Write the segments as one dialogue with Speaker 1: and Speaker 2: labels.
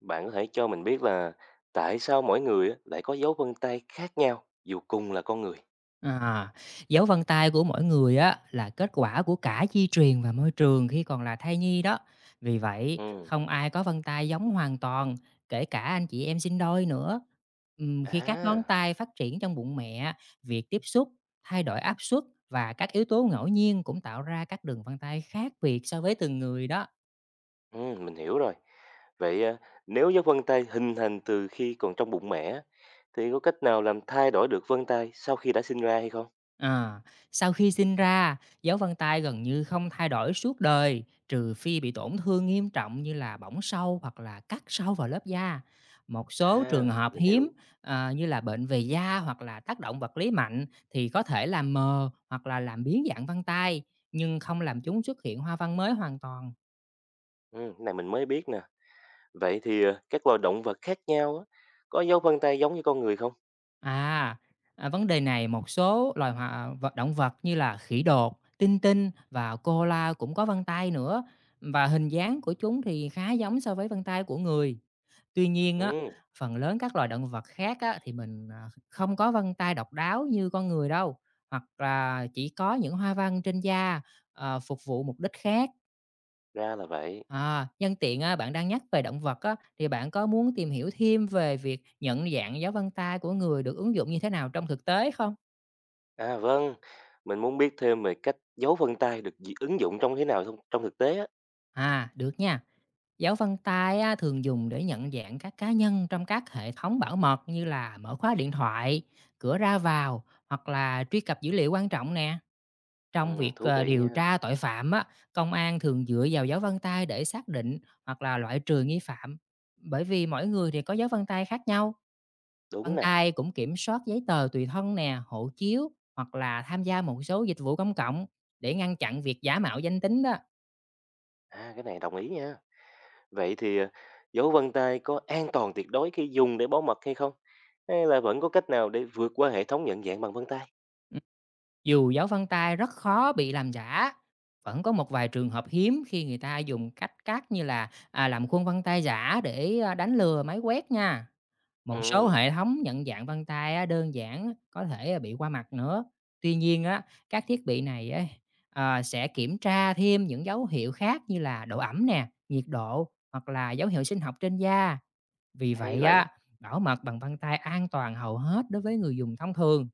Speaker 1: Bạn có thể cho mình biết là tại sao mỗi người á lại có dấu vân tay khác nhau dù cùng là con người?
Speaker 2: À, dấu vân tay của mỗi người á là kết quả của cả di truyền và môi trường khi còn là thai nhi đó. Vì vậy,
Speaker 1: Ừ.
Speaker 2: không ai có vân tay giống hoàn toàn, kể cả anh chị em sinh đôi nữa. Khi các ngón
Speaker 1: À,
Speaker 2: tay phát triển trong bụng mẹ, việc tiếp xúc, thay đổi áp suất và các yếu tố ngẫu nhiên cũng tạo ra các đường vân tay khác biệt so với từng người đó.
Speaker 1: ừ, mình hiểu rồi. Vậy à, nếu dấu vân tay hình thành từ khi còn trong bụng mẹ á, thì có cách nào làm thay đổi được vân tay sau khi đã sinh ra hay không?
Speaker 2: À, sau khi sinh ra, dấu vân tay gần như không thay đổi suốt đời, trừ phi bị tổn thương nghiêm trọng như là bỏng sâu hoặc là cắt sâu vào lớp da. Một số trường
Speaker 1: À,
Speaker 2: hợp
Speaker 1: mình
Speaker 2: hiếm
Speaker 1: hiểu.
Speaker 2: như là bệnh về da hoặc là tác động vật lý mạnh thì có thể làm mờ hoặc là làm biến dạng vân tay, nhưng không làm chúng xuất hiện hoa văn mới hoàn toàn.
Speaker 1: Ừ, cái này mình mới biết nè. Vậy thì à, các loài động vật khác nhau á, có dấu vân tay giống như con người không?
Speaker 2: À, vấn đề này một số loài hoa vật động vật như là khỉ đột, tinh tinh và koala cũng có vân tay nữa và hình dáng của chúng thì khá giống so với vân tay của người. Tuy nhiên á,
Speaker 1: Ừ,
Speaker 2: phần lớn các loài động vật khác á, thì mình không có vân tay độc đáo như con người đâu, hoặc là chỉ có những hoa văn trên da phục vụ mục đích khác.
Speaker 1: ra là vậy.
Speaker 2: À, nhân tiện á, bạn đang nhắc về động vật á, thì bạn có muốn tìm hiểu thêm về việc nhận dạng dấu vân tay của người được ứng dụng như thế nào trong thực tế không?
Speaker 1: À vâng, mình muốn biết thêm về cách dấu vân tay được ứng dụng trong thế nào trong thực tế á.
Speaker 2: À, được nha. Dấu vân tay á, thường dùng để nhận dạng các cá nhân trong các hệ thống bảo mật như là mở khóa điện thoại, cửa ra vào hoặc là truy cập dữ liệu quan trọng nè. Trong
Speaker 1: Ừ,
Speaker 2: việc,
Speaker 1: thú vị
Speaker 2: điều
Speaker 1: nha.
Speaker 2: tra tội phạm á, công an thường dựa vào dấu vân tay để xác định hoặc là loại trừ nghi phạm, bởi vì mỗi người thì có dấu vân tay khác nhau.
Speaker 1: Đúng
Speaker 2: Vân
Speaker 1: nè.
Speaker 2: tay cũng kiểm soát giấy tờ tùy thân nè, hộ chiếu hoặc là tham gia một số dịch vụ công cộng để ngăn chặn việc giả mạo danh tính đó.
Speaker 1: À cái này đồng ý nha. Vậy thì à, dấu vân tay có an toàn tuyệt đối khi dùng để bảo mật hay không? Hay là vẫn có cách nào để vượt qua hệ thống nhận dạng bằng vân tay?
Speaker 2: Ừm. Dù dấu vân tay rất khó bị làm giả, vẫn có một vài trường hợp hiếm khi người ta dùng cách cắt như là, làm khuôn vân tay giả để, đánh lừa máy quét nha. Một số
Speaker 1: Ừ,
Speaker 2: hệ thống nhận dạng vân tay á, đơn giản có thể bị qua mặt nữa. Tuy nhiên á, các thiết bị này ấy, sẽ kiểm tra thêm những dấu hiệu khác như là độ ẩm nè, nhiệt độ hoặc là dấu hiệu sinh học trên da. Vì
Speaker 1: hay
Speaker 2: vậy
Speaker 1: vậy.
Speaker 2: á, bảo mật bằng vân tay an toàn hầu hết đối với người dùng thông thường.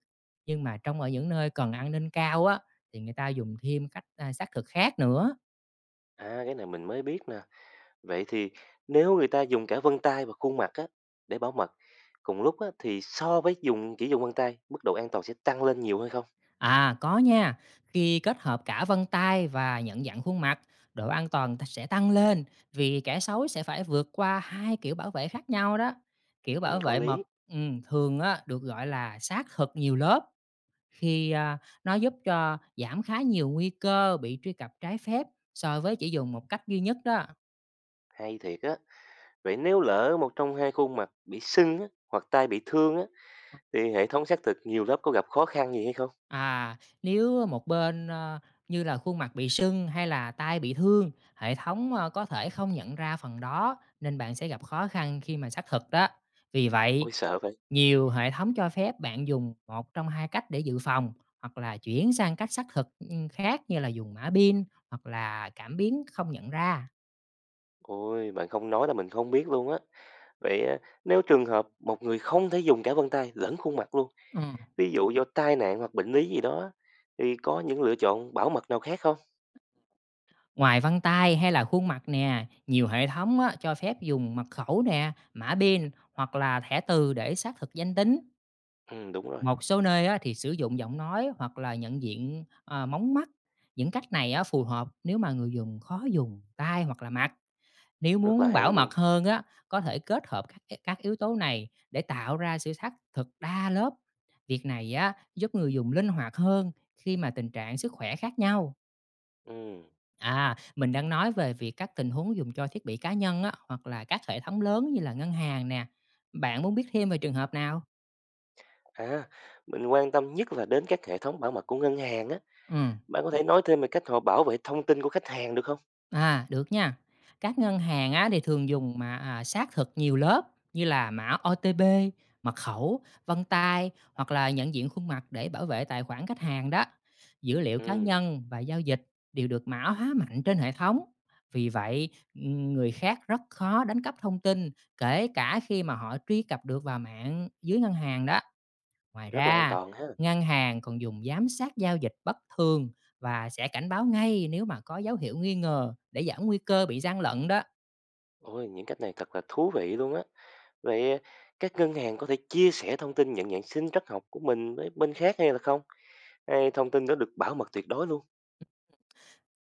Speaker 2: Nhưng mà trong ở những nơi cần an ninh cao á, thì người ta dùng thêm cách xác thực khác nữa.
Speaker 1: À cái này mình mới biết nè. Vậy thì nếu người ta dùng cả vân tay và khuôn mặt á để bảo mật cùng lúc á thì so với chỉ dùng vân tay, mức độ an toàn sẽ tăng lên nhiều hay không?
Speaker 2: À, có nha. Khi kết hợp cả vân tay và nhận dạng khuôn mặt, độ an toàn sẽ tăng lên vì kẻ xấu sẽ phải vượt qua hai kiểu bảo vệ khác nhau đó. Kiểu
Speaker 1: Ừ,
Speaker 2: bảo
Speaker 1: có
Speaker 2: vệ mật
Speaker 1: lý.
Speaker 2: ừ, thường á, được gọi là xác thực nhiều lớp khi nó giúp cho giảm khá nhiều nguy cơ bị truy cập trái phép so với chỉ dùng một cách duy nhất đó.
Speaker 1: Hay thiệt á. Vậy nếu lỡ một trong hai khuôn mặt bị sưng á, hoặc tai bị thương á, thì hệ thống xác thực nhiều lớp có gặp khó khăn gì hay không?
Speaker 2: À, nếu một bên, như là khuôn mặt bị sưng hay là tai bị thương, hệ thống, có thể không nhận ra phần đó nên bạn sẽ gặp khó khăn khi mà xác thực đó. Vì vậy,
Speaker 1: Ôi sợ vậy.
Speaker 2: nhiều hệ thống cho phép bạn dùng một trong hai cách để dự phòng hoặc là chuyển sang cách xác thực, khác như là dùng mã pin hoặc là cảm biến không nhận ra.
Speaker 1: Ôi, bạn không nói là mình không biết luôn á. Vậy á, nếu trường hợp một người không thể dùng cả vân tay lẫn khuôn mặt luôn,
Speaker 2: Ừm,
Speaker 1: ví dụ do tai nạn hoặc bệnh lý gì đó, á, thì có những lựa chọn bảo mật nào khác không?
Speaker 2: Ngoài vân tay hay là khuôn mặt nè, nhiều hệ thống á cho phép dùng mật khẩu nè, mã pin hoặc là thẻ từ để xác thực danh tính.
Speaker 1: Ừ, đúng rồi,
Speaker 2: Một số nơi á, thì sử dụng giọng nói hoặc là nhận diện, mống mắt. Những cách này á, phù hợp nếu mà người dùng khó dùng tay hoặc là mặt. Nếu
Speaker 1: rất là
Speaker 2: muốn
Speaker 1: hay
Speaker 2: bảo
Speaker 1: luôn.
Speaker 2: mật hơn á, có thể kết hợp các yếu tố này để tạo ra sự xác thực đa lớp. Việc này á, giúp người dùng linh hoạt hơn khi mà tình trạng sức khỏe khác nhau.
Speaker 1: Ừ.
Speaker 2: À, mình đang nói về việc các tình huống dùng cho thiết bị cá nhân á, hoặc là các hệ thống lớn như là ngân hàng nè. Bạn muốn biết thêm về trường hợp nào?
Speaker 1: À, mình quan tâm nhất là đến các hệ thống bảo mật của ngân hàng á.
Speaker 2: Ừ.
Speaker 1: Bạn có thể nói thêm về cách họ bảo vệ thông tin của khách hàng được không?
Speaker 2: À, được nha. Các ngân hàng á, thì thường dùng mà xác thực nhiều lớp như là mã OTP, mật khẩu, vân tay hoặc là nhận diện khuôn mặt để bảo vệ tài khoản khách hàng đó. Dữ liệu cá
Speaker 1: Ừ,
Speaker 2: nhân và giao dịch đều được mã hóa mạnh trên hệ thống. Vì vậy, người khác rất khó đánh cắp thông tin, kể cả khi mà họ truy cập được vào mạng dưới ngân hàng đó. Ngoài
Speaker 1: rất là an
Speaker 2: ra,
Speaker 1: toàn ha.
Speaker 2: ngân hàng còn dùng giám sát giao dịch bất thường và sẽ cảnh báo ngay nếu mà có dấu hiệu nghi ngờ để giảm nguy cơ bị gian lận đó.
Speaker 1: Ôi, những cách này thật là thú vị luôn á. Vậy à, các ngân hàng có thể chia sẻ thông tin nhận dạng sinh trắc học của mình với bên khác hay là không? Hay thông tin đó được bảo mật tuyệt đối luôn?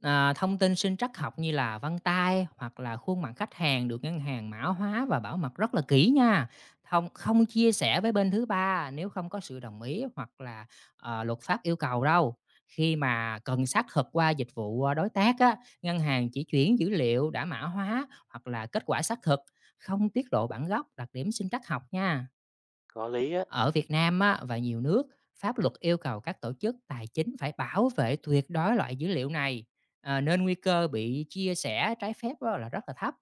Speaker 2: À, thông tin sinh trắc học như là vân tay hoặc là khuôn mặt khách hàng được ngân hàng mã hóa và bảo mật rất là kỹ nha. Không không chia sẻ với bên thứ ba nếu không có sự đồng ý hoặc là luật pháp yêu cầu đâu. Khi mà cần xác thực qua dịch vụ đối tác á, ngân hàng chỉ chuyển dữ liệu đã mã hóa hoặc là kết quả xác thực, không tiết lộ bản gốc, đặc điểm sinh trắc học nha.
Speaker 1: Có lý á.
Speaker 2: Ở Việt Nam á, và nhiều nước, pháp luật yêu cầu các tổ chức tài chính phải bảo vệ tuyệt đối loại dữ liệu này, nên nguy cơ bị chia sẻ trái phép á, là rất là thấp.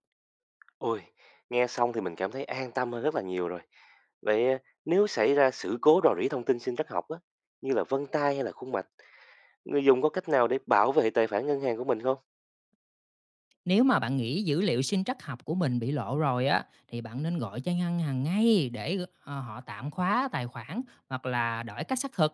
Speaker 1: Ôi, nghe xong thì mình cảm thấy an tâm hơn rất là nhiều rồi. Vậy à, nếu xảy ra sự cố rò rỉ thông tin sinh trắc học á, như là vân tay hay là khuôn mặt, người dùng có cách nào để bảo vệ tài khoản ngân hàng của mình không?
Speaker 2: Nếu mà bạn nghĩ dữ liệu sinh trắc học của mình bị lộ rồi á, thì bạn nên gọi cho ngân hàng ngay để họ tạm khóa tài khoản hoặc là đổi cách xác thực.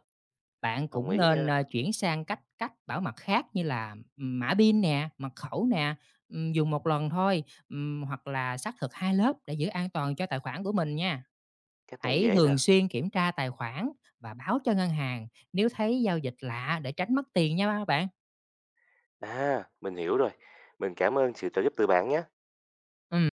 Speaker 2: Bạn
Speaker 1: Đồng
Speaker 2: cũng
Speaker 1: ý
Speaker 2: nên
Speaker 1: nha.
Speaker 2: chuyển sang cách cách bảo mật khác như là mã PIN nè, mật khẩu nè, dùng một lần thôi, hoặc là xác thực hai lớp để giữ an toàn cho tài khoản của mình nha.
Speaker 1: Cách này
Speaker 2: Hãy
Speaker 1: dễ nè.
Speaker 2: thường xuyên kiểm tra tài khoản và báo cho ngân hàng nếu thấy giao dịch lạ để tránh mất tiền nha các bạn.
Speaker 1: À, mình hiểu rồi. Mình cảm ơn sự trợ giúp từ bạn nhé.
Speaker 2: Ừm.